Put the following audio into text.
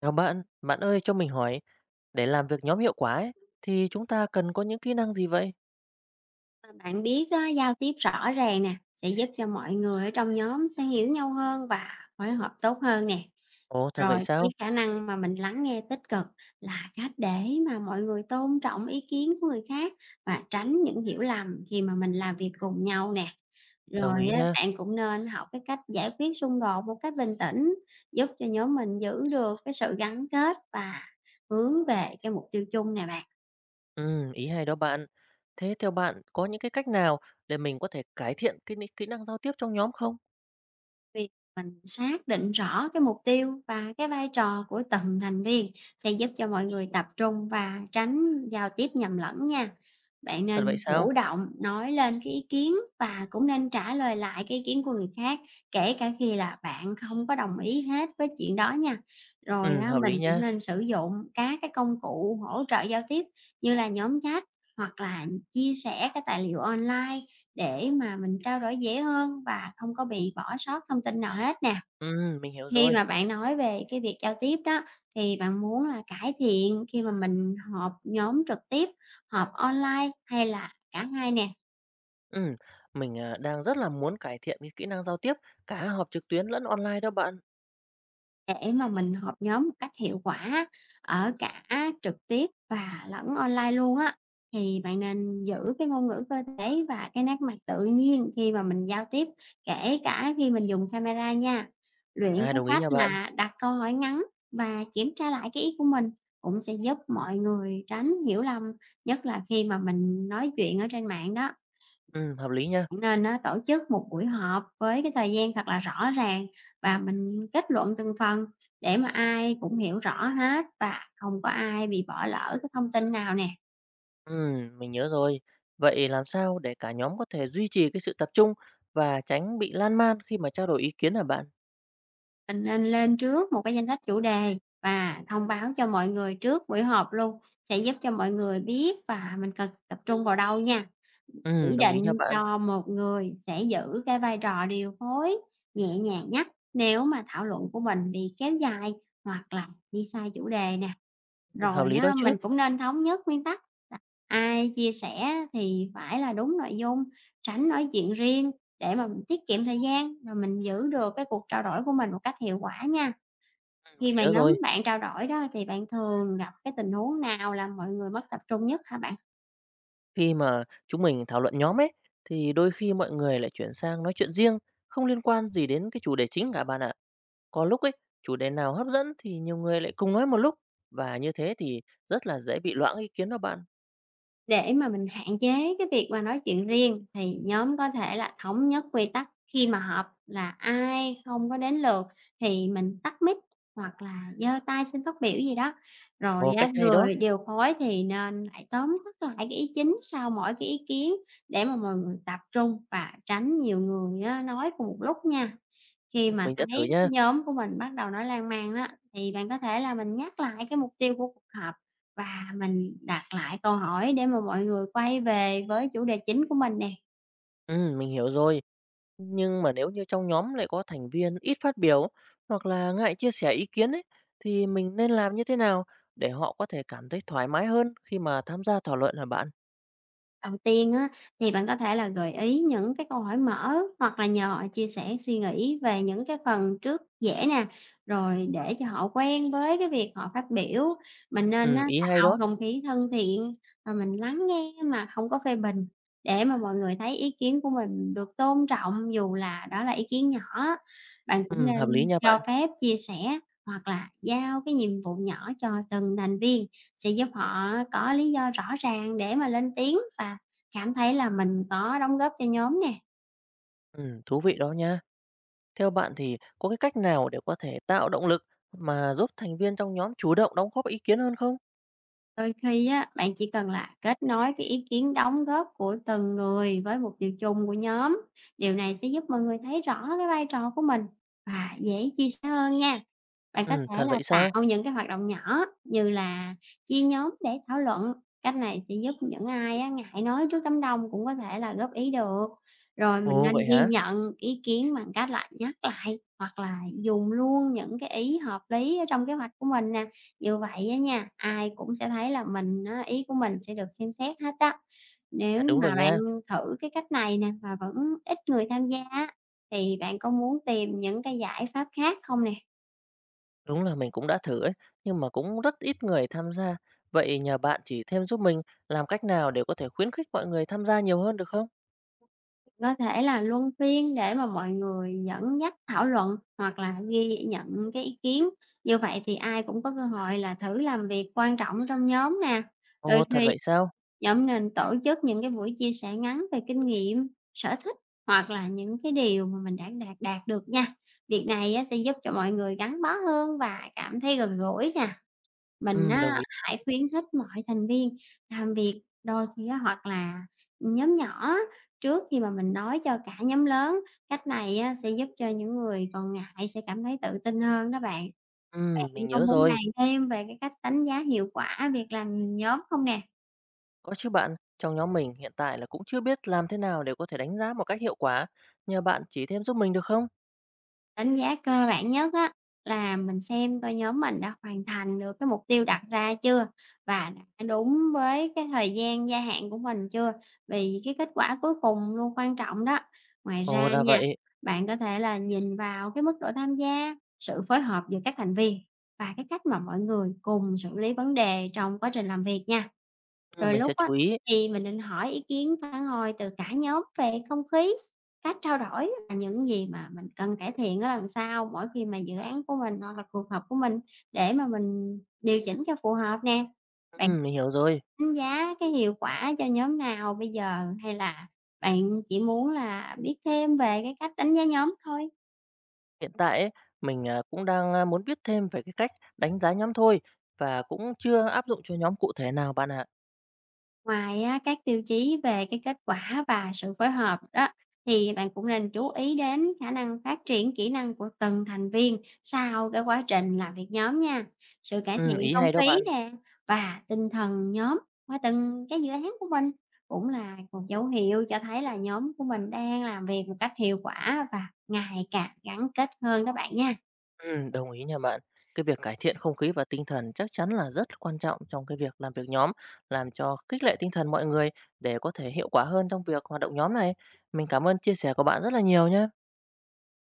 Chào bạn, bạn ơi cho mình hỏi, để làm việc nhóm hiệu quả ấy, thì chúng ta cần có những kỹ năng gì vậy? Mà bạn biết á, giao tiếp rõ ràng nè sẽ giúp cho mọi người ở trong nhóm sẽ hiểu nhau hơn và phối hợp tốt hơn nè. Ồ, thật vậy Rồi cái sao? khả năng mà mình lắng nghe tích cực là cách để mà mọi người tôn trọng ý kiến của người khác và tránh những hiểu lầm khi mà mình làm việc cùng nhau nè. Rồi Đồng ý á, nha. bạn cũng nên học cái cách giải quyết xung đột một cách bình tĩnh, giúp cho nhóm mình giữ được cái sự gắn kết và hướng về cái mục tiêu chung nè bạn. Ừ, ý hay đó bạn. Thế theo bạn có những cái cách nào để mình có thể cải thiện kỹ năng giao tiếp trong nhóm không? Việc mình xác định rõ cái mục tiêu và cái vai trò của từng thành viên sẽ giúp cho mọi người tập trung và tránh giao tiếp nhầm lẫn nha. Bạn Thật vậy nên sao? chủ động nói lên cái ý kiến và cũng nên trả lời lại cái ý kiến của người khác, kể cả khi là bạn không có đồng ý hết với chuyện đó nha. Rồi Ừ, á, hợp mình lý cũng nha. nên sử dụng các cái công cụ hỗ trợ giao tiếp như là nhóm chat hoặc là chia sẻ cái tài liệu online để mà mình trao đổi dễ hơn và không có bị bỏ sót thông tin nào hết nè. Ừ, mình hiểu Khi rồi. mà bạn nói về cái việc giao tiếp đó, thì bạn muốn là cải thiện khi mà mình họp nhóm trực tiếp, họp online hay là cả hai nè? Ừ, đang rất là muốn cải thiện cái kỹ năng giao tiếp cả họp trực tuyến lẫn online đó bạn. Để mà mình họp nhóm một cách hiệu quả á, ở cả trực tiếp và lẫn online luôn á, thì bạn nên giữ cái ngôn ngữ cơ thể và cái nét mặt tự nhiên khi mà mình giao tiếp, kể cả khi mình dùng camera nha. Luyện À, cái đồng ý cách nha bạn. là đặt câu hỏi ngắn và kiểm tra lại cái ý của mình cũng sẽ giúp mọi người tránh hiểu lầm, nhất là khi mà mình nói chuyện ở trên mạng đó, Ừ, hợp lý nha. nên á, tổ chức một buổi họp với cái thời gian thật là rõ ràng và mình kết luận từng phần để mà ai cũng hiểu rõ hết và không có ai bị bỏ lỡ cái thông tin nào nè. Mình nhớ rồi. Vậy làm sao để cả nhóm có thể duy trì cái sự tập trung và tránh bị lan man khi mà trao đổi ý kiến hả bạn? Mình nên lên trước một cái danh sách chủ đề và thông báo cho mọi người trước buổi họp luôn, sẽ giúp cho mọi người biết và mình cần tập trung vào đâu nha. Chỉ Đồng ý nha định bạn. cho một người sẽ giữ cái vai trò điều phối, nhẹ nhàng nhất nếu mà thảo luận của mình bị kéo dài hoặc là đi sai chủ đề nè. Hợp Rồi lý đó á, chứ. mình cũng nên thống nhất nguyên tắc là ai chia sẻ thì phải là đúng nội dung, tránh nói chuyện riêng để mà mình tiết kiệm thời gian, rồi mình giữ được cái cuộc trao đổi của mình một cách hiệu quả nha. Khi Mình mà nhớ nhóm rồi. bạn trao đổi đó thì bạn thường gặp cái tình huống nào là mọi người mất tập trung nhất hả bạn? Khi mà chúng mình thảo luận nhóm ấy, thì đôi khi mọi người lại chuyển sang nói chuyện riêng, không liên quan gì đến cái chủ đề chính cả bạn ạ. Có lúc ấy, chủ đề nào hấp dẫn thì nhiều người lại cùng nói một lúc. Và như thế thì rất là dễ bị loãng ý kiến đó bạn. Để mà mình hạn chế cái việc mà nói chuyện riêng thì nhóm có thể là thống nhất quy tắc khi mà họp là ai không có đến lượt thì mình tắt mic hoặc là giơ tay xin phát biểu gì đó. Rồi Ồ, á, cách hay đó. người điều phối thì nên lại tóm tắt lại cái ý chính sau mỗi cái ý kiến để mà mọi người tập trung và tránh nhiều người á, nói cùng một lúc nha. Khi mà Mình sẽ thử thấy nha. nhóm của mình bắt đầu nói lan man đó, thì bạn có thể là mình nhắc lại cái mục tiêu của cuộc họp và mình đặt lại câu hỏi để mà mọi người quay về với chủ đề chính của mình nè. Mình hiểu rồi. Nhưng mà nếu như trong nhóm lại có thành viên ít phát biểu hoặc là ngại chia sẻ ý kiến ấy, thì mình nên làm như thế nào để họ có thể cảm thấy thoải mái hơn khi mà tham gia thảo luận hả bạn? Đầu tiên á, thì bạn có thể là gợi ý những cái câu hỏi mở hoặc là nhờ họ chia sẻ suy nghĩ về những cái phần trước dễ nè, rồi để cho họ quen với cái việc họ phát biểu. Mình nên Ừ, á, ý hay tạo đó. không khí thân thiện và mình lắng nghe mà không có phê bình để mà mọi người thấy ý kiến của mình được tôn trọng dù là đó là ý kiến nhỏ. Bạn cũng Ừ, hợp lý nên nha cho bạn. phép chia sẻ hoặc là giao cái nhiệm vụ nhỏ cho từng thành viên sẽ giúp họ có lý do rõ ràng để mà lên tiếng và cảm thấy là mình có đóng góp cho nhóm nè. Ừ, thú vị đó nha. Theo bạn thì có cái cách nào để có thể tạo động lực mà giúp thành viên trong nhóm chủ động đóng góp ý kiến hơn không? Đôi khi á, bạn chỉ cần là kết nối cái ý kiến đóng góp của từng người với mục tiêu chung của nhóm. Điều này sẽ giúp mọi người thấy rõ cái vai trò của mình và dễ chia sẻ hơn nha. Bạn có Ừ, thể thật là vậy sao? tạo những cái hoạt động nhỏ như là chia nhóm để thảo luận, cách này sẽ giúp những ai á ngại nói trước đám đông cũng có thể là góp ý được. Rồi mình Ồ, vậy nên ghi hả? nhận ý kiến bằng cách là nhắc lại hoặc là dùng luôn những cái ý hợp lý ở trong kế hoạch của mình nè. Như vậy á nha, ai cũng sẽ thấy là mình á, ý của mình sẽ được xem xét hết đó. Nếu À đúng rồi mà bạn nha. thử cái cách này nè mà vẫn ít người tham gia á, thì bạn có muốn tìm những cái giải pháp khác không nè? Đúng là mình cũng đã thử ấy, nhưng mà cũng rất ít người tham gia. Vậy nhờ bạn chỉ thêm giúp mình làm cách nào để có thể khuyến khích mọi người tham gia nhiều hơn được không? Có thể là luân phiên để mà mọi người dẫn dắt thảo luận hoặc là ghi nhận cái ý kiến, như vậy thì ai cũng có cơ hội là thử làm việc quan trọng ở trong nhóm nè. Đôi Ồ, thật khi vậy sao? nhóm nên tổ chức những cái buổi chia sẻ ngắn về kinh nghiệm, sở thích hoặc là những cái điều mà mình đã đạt đạt được nha. Việc này á, sẽ giúp cho mọi người gắn bó hơn và cảm thấy gần gũi nè. Mình Ừ, đồng á, ý. hãy khuyến khích mọi thành viên làm việc đôi khi á, hoặc là nhóm nhỏ á, trước khi mà mình nói cho cả nhóm lớn. Cách này á, sẽ giúp cho những người còn ngại sẽ cảm thấy tự tin hơn đó bạn. Ừ, Bạn mình có nhớ muốn rồi. bàn thêm về cái cách đánh giá hiệu quả việc làm nhóm không nè? Có chứ bạn, trong nhóm mình hiện tại là cũng chưa biết làm thế nào để có thể đánh giá một cách hiệu quả. Nhờ bạn chỉ thêm giúp mình được không? Đánh giá cơ bản nhất á là mình xem coi nhóm mình đã hoàn thành được cái mục tiêu đặt ra chưa và đã đúng với cái thời gian gia hạn của mình chưa, vì cái kết quả cuối cùng luôn quan trọng đó. Ngoài Ồ, ra ra nha, vậy. bạn có thể là nhìn vào cái mức độ tham gia, sự phối hợp giữa các thành viên và cái cách mà mọi người cùng xử lý vấn đề trong quá trình làm việc nha. Ừ, Rồi mình lúc sẽ á, chú ý. thì mình định hỏi ý kiến phản hồi từ cả nhóm về không khí, cách trao đổi và những gì mà mình cần cải thiện ở lần sau mỗi khi mà dự án của mình hoặc là cuộc họp của mình để mà mình điều chỉnh cho phù hợp nè. Bạn Ừ, mình hiểu rồi. đánh giá cái hiệu quả cho nhóm nào bây giờ hay là bạn chỉ muốn là biết thêm về cái cách đánh giá nhóm thôi? Hiện tại ấy, cũng đang muốn biết thêm về cái cách đánh giá nhóm thôi và cũng chưa áp dụng cho nhóm cụ thể nào bạn ạ. Ngoài á, các tiêu chí về cái kết quả và sự phối hợp đó thì bạn cũng nên chú ý đến khả năng phát triển kỹ năng của từng thành viên sau cái quá trình làm việc nhóm nha. Sự cải Ừ, thiện ý không hay đó khí bạn. nè và tinh thần nhóm qua từng cái dự án của mình cũng là một dấu hiệu cho thấy là nhóm của mình đang làm việc một cách hiệu quả và ngày càng gắn kết hơn đó bạn nha. Đồng ý nha bạn. Cái việc cải thiện không khí và tinh thần chắc chắn là rất quan trọng trong cái việc làm việc nhóm, làm cho khích lệ tinh thần mọi người để có thể hiệu quả hơn trong việc hoạt động nhóm này. Mình cảm ơn chia sẻ của bạn rất là nhiều nhé.